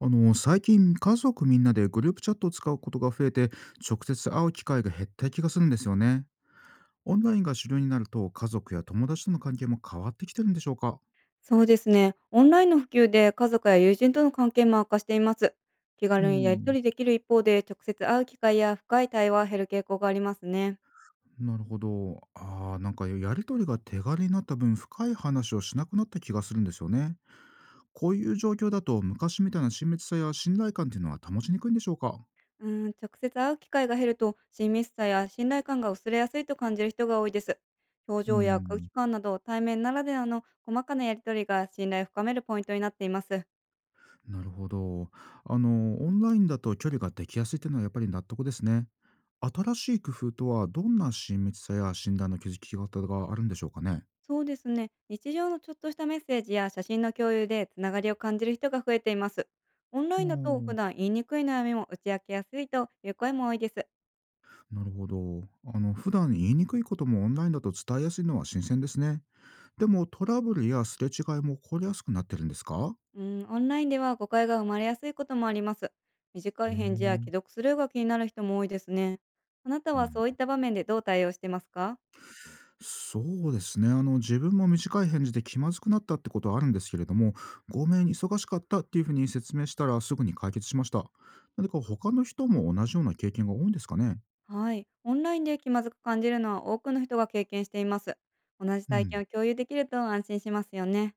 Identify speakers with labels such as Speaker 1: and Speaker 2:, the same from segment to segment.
Speaker 1: 最近家族みんなでグループチャットを使うことが増えて、直接会う機会が減った気がするんですよね。オンラインが主流になると家族や友達との関係も変わってきてるんでしょうか？
Speaker 2: そうですね。オンラインの普及で家族や友人との関係も悪化しています。気
Speaker 1: う
Speaker 2: 軽にやり
Speaker 1: ん。
Speaker 2: 取りできる一方で、直接会う機会や深い対話は減る傾向がありますね。
Speaker 1: なるほど。ああ、なんかやりとりが手軽になった分深い話をしなくなった気がするんですよね。こういう状況だと昔みたいな親密さや信頼感っていうのは保ちにくいんでしょうか？
Speaker 2: うん、直接会う機会が減ると、親密さや信頼感が薄れやすいと感じる人が多いです。表
Speaker 1: う
Speaker 2: 情や空
Speaker 1: ん。
Speaker 2: 気感など、対面ならではの細かなやり取りが信頼を深めるポイントになっています。
Speaker 1: なるほど。オンラインだと距離ができやすいっていうのはやっぱり納得ですね。新しい工夫とはどんな親密さや診断の気づき方があるんでしょうかね？
Speaker 2: そうですね。日常のちょっとしたメッセージや写真の共有でつながりを感じる人が増えています。オンラ
Speaker 1: お
Speaker 2: インだと普
Speaker 1: ん、
Speaker 2: 段言いにくい悩みも打ち明けやすいという声も多いです。
Speaker 1: なるほど。普段言いにくいこともオンラインだと伝えやすいのは新鮮ですね。でもトラブルやすれ違いも起こりやすくなってるんですか？
Speaker 2: うん、オンラインでは誤解が生まれやすいこともあります。
Speaker 1: へ
Speaker 2: 短
Speaker 1: え。
Speaker 2: い返事や
Speaker 1: う
Speaker 2: 既読スルーが気になる人も多いですね。あなたはそういっ
Speaker 1: ん、
Speaker 2: た場面でどう対応してますか？
Speaker 1: そうですね。自分も短い返事で気まずくなったってことはあるんですけれども、ごめん忙しかったっていうふうに説明したらすぐに解決しました。何か他の人も同じような経験が多いんですかね？
Speaker 2: はい。オンラインで気まずく感じるのは多くの人が経験しています。同じ
Speaker 1: う
Speaker 2: 体験
Speaker 1: ん。
Speaker 2: を共有できると安心しますよね。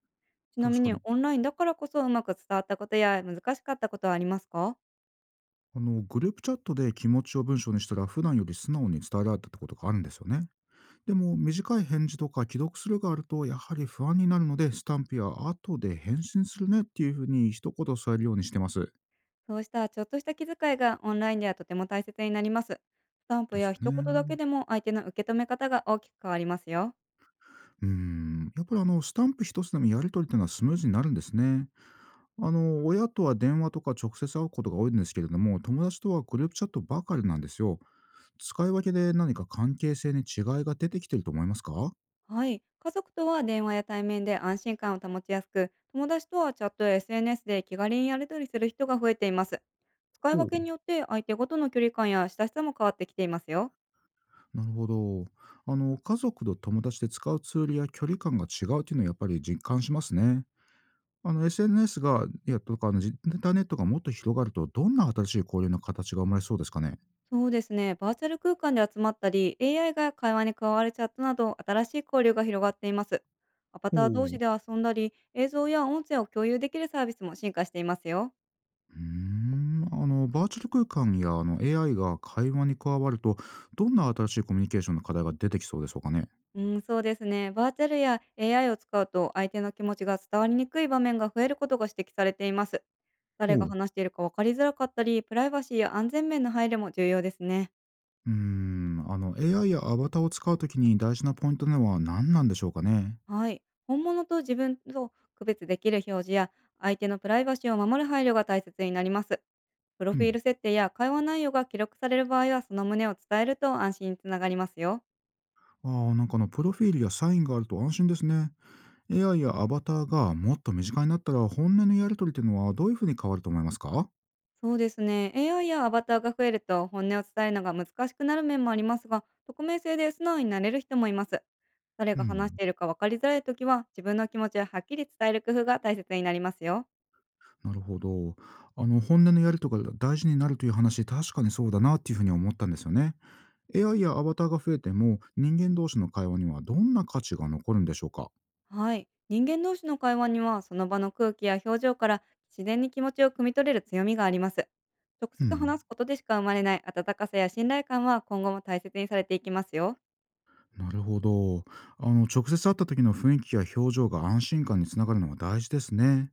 Speaker 2: ちなみ
Speaker 1: 確か
Speaker 2: に
Speaker 1: に
Speaker 2: オンラインだからこそうまく伝わったことや難しかったことはありますか？
Speaker 1: グループチャットで気持ちを文章にしたら普段より素直に伝えられたってことがあるんですよね。でも短い返事とか既読するがあるとやはり不安になるので、スタンプや後で返信するねっていうふうに一言添えるようにしてます。
Speaker 2: そうしたちょっとした気遣いがオンラインではとても大切になります。スタンプ
Speaker 1: です
Speaker 2: や一
Speaker 1: よ
Speaker 2: 言だけ
Speaker 1: ね。
Speaker 2: でも相手の受け止め方が大きく変わりますよ。
Speaker 1: うん。やっぱりスタンプ一つでもやり取りっていうのはスムーズになるんですね。親とは電話とか直接会うことが多いんですけれども、友達とはグループチャットばかりなんですよ。使い分けで何か関係性に違いが出てきてると思いますか？ほ
Speaker 2: はい。家族とは電話や対面で安心感を保ちやすく、友達とはチャットや SNS で気軽にやり取りする人が増えています。使い分け
Speaker 1: う。
Speaker 2: によって相手ごとの距離感や親しさも変わってきていますよ。
Speaker 1: なるほど。家族と友達で使うツールや距離感が違うっていうのはやっぱり実感しますね。SNS が、いや、とか、インターネットがもっと広がると、どんな新しい交流の形が生まれそうですかね。
Speaker 2: そうですね。バーチャル空間で集まったり、AI が会話に加わるチャットなど、新しい交流が広がっています。アバ
Speaker 1: ほう。
Speaker 2: ター同士
Speaker 1: う
Speaker 2: で遊んだり、映像や音声を共有できるサービスも進化していますよ。
Speaker 1: ーん。バーチャル空間や、AI が会話に加わると、どんな新しいコミュニケーションの課題が出てきそうでしょうかね。
Speaker 2: うん、そうですね。バーチャルや AI を使うと、相手の気持ちが伝わりにくい場面が増えることが指摘されています。
Speaker 1: ほ
Speaker 2: 誰が
Speaker 1: う。
Speaker 2: 話しているか分かりづらかったり、プライバシーや安全面の配慮も重要ですね。
Speaker 1: うーん。AI やアバターを使うときに大事なポイントなのは何なんでしょうかね。
Speaker 2: はい。本物と自分と区別できる表示や、相手のプライバシーを守る配慮が大切になります。プロ
Speaker 1: う
Speaker 2: フィー
Speaker 1: ん。
Speaker 2: ル設定や会話内容が記録される場合は、その旨を伝えると安心につながりますよ。
Speaker 1: ああ、なんかプロフィールやサインがあると安心ですね。AI やアバターがもっと身近になったら本音のやり取りっていうのはどういうふうに変わると思いますか？
Speaker 2: そうですね。AI やアバターが増えると本音を伝えるのが難しくなる面もありますが、匿名性で素直になれる人もいます。誰
Speaker 1: う
Speaker 2: が話し
Speaker 1: ん。
Speaker 2: ているか分かりづらいときは、自分の気持ちをはっきり伝える工夫が大切になりますよ。
Speaker 1: なるほど。本音のやり取りが大事になるという話、確かにそうだなっていうふうに思ったんですよね。AI やアバターが増えても、人間同士の会話にはどんな価値が残るんでしょうか？
Speaker 2: はい。人間同士の会話には、その場の空気や表情から自然に気持ちを汲み取れる強みがあります。直
Speaker 1: う
Speaker 2: 接
Speaker 1: ん。
Speaker 2: 話すことでしか生まれない温かさや信頼感は今後も大切にされていきますよ。
Speaker 1: なるほど。直接会った時の雰囲気や表情が安心感につながるのは大事ですね。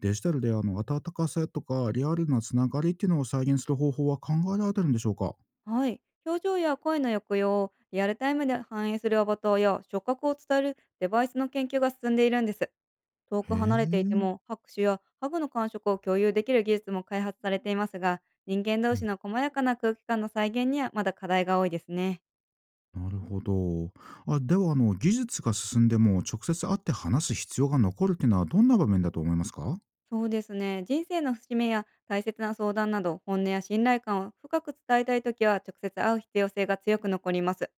Speaker 1: デジタルで温かさとかリアルなつながりっていうのを再現する方法は考えられてるんでしょうか？
Speaker 2: はい。表情や声の抑揚をリアルタイムで反映するアバターや触覚を伝えるデバイスの研究が進んでいるんです。遠く
Speaker 1: へ
Speaker 2: 離れていて
Speaker 1: え。
Speaker 2: も拍手やハグの感触を共有できる技術も開発されていますが、人間同
Speaker 1: う
Speaker 2: 士
Speaker 1: ん、
Speaker 2: の細やかな空気感の再現にはまだ課題が多いですね。
Speaker 1: なるほど。あ、では技術が進んでも直接会って話す必要が残るっていうのはどんな場面だと思いますか？
Speaker 2: そうですね。人生の節目や大切な相談など、本音や信頼感を深く伝えたいときは、直接会う必要性が強く残ります。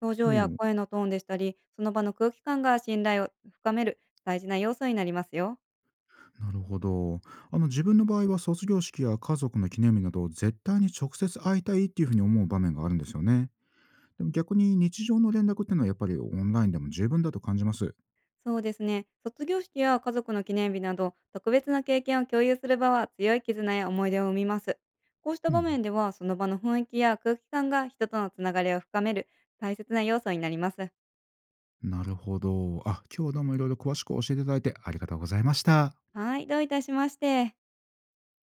Speaker 2: 表
Speaker 1: お、
Speaker 2: 情や
Speaker 1: う、
Speaker 2: 声のトーンでしたり、その場の空気感が信頼を深める大事な要素になりますよ。
Speaker 1: なるほど。自分の場合は卒業式や家族の記念日など、絶対に直接会いたいっていうふうに思う場面があるんですよね。でも逆に日常の連絡っていうのはやっぱりオンラインでも十分だと感じます。
Speaker 2: そうですね。卒業式や家族の記念日など、特別な経験を共有する場は強い絆や思い出を生みます。こうした
Speaker 1: う
Speaker 2: 場
Speaker 1: ん、
Speaker 2: 面では、その場の雰囲気や空気感が人とのつながりを深める大切な要素になります。
Speaker 1: なるほど。あ、今日はどうもいろいろ詳しく教えていただいてありがとうございました。
Speaker 2: はい、どういたしまして。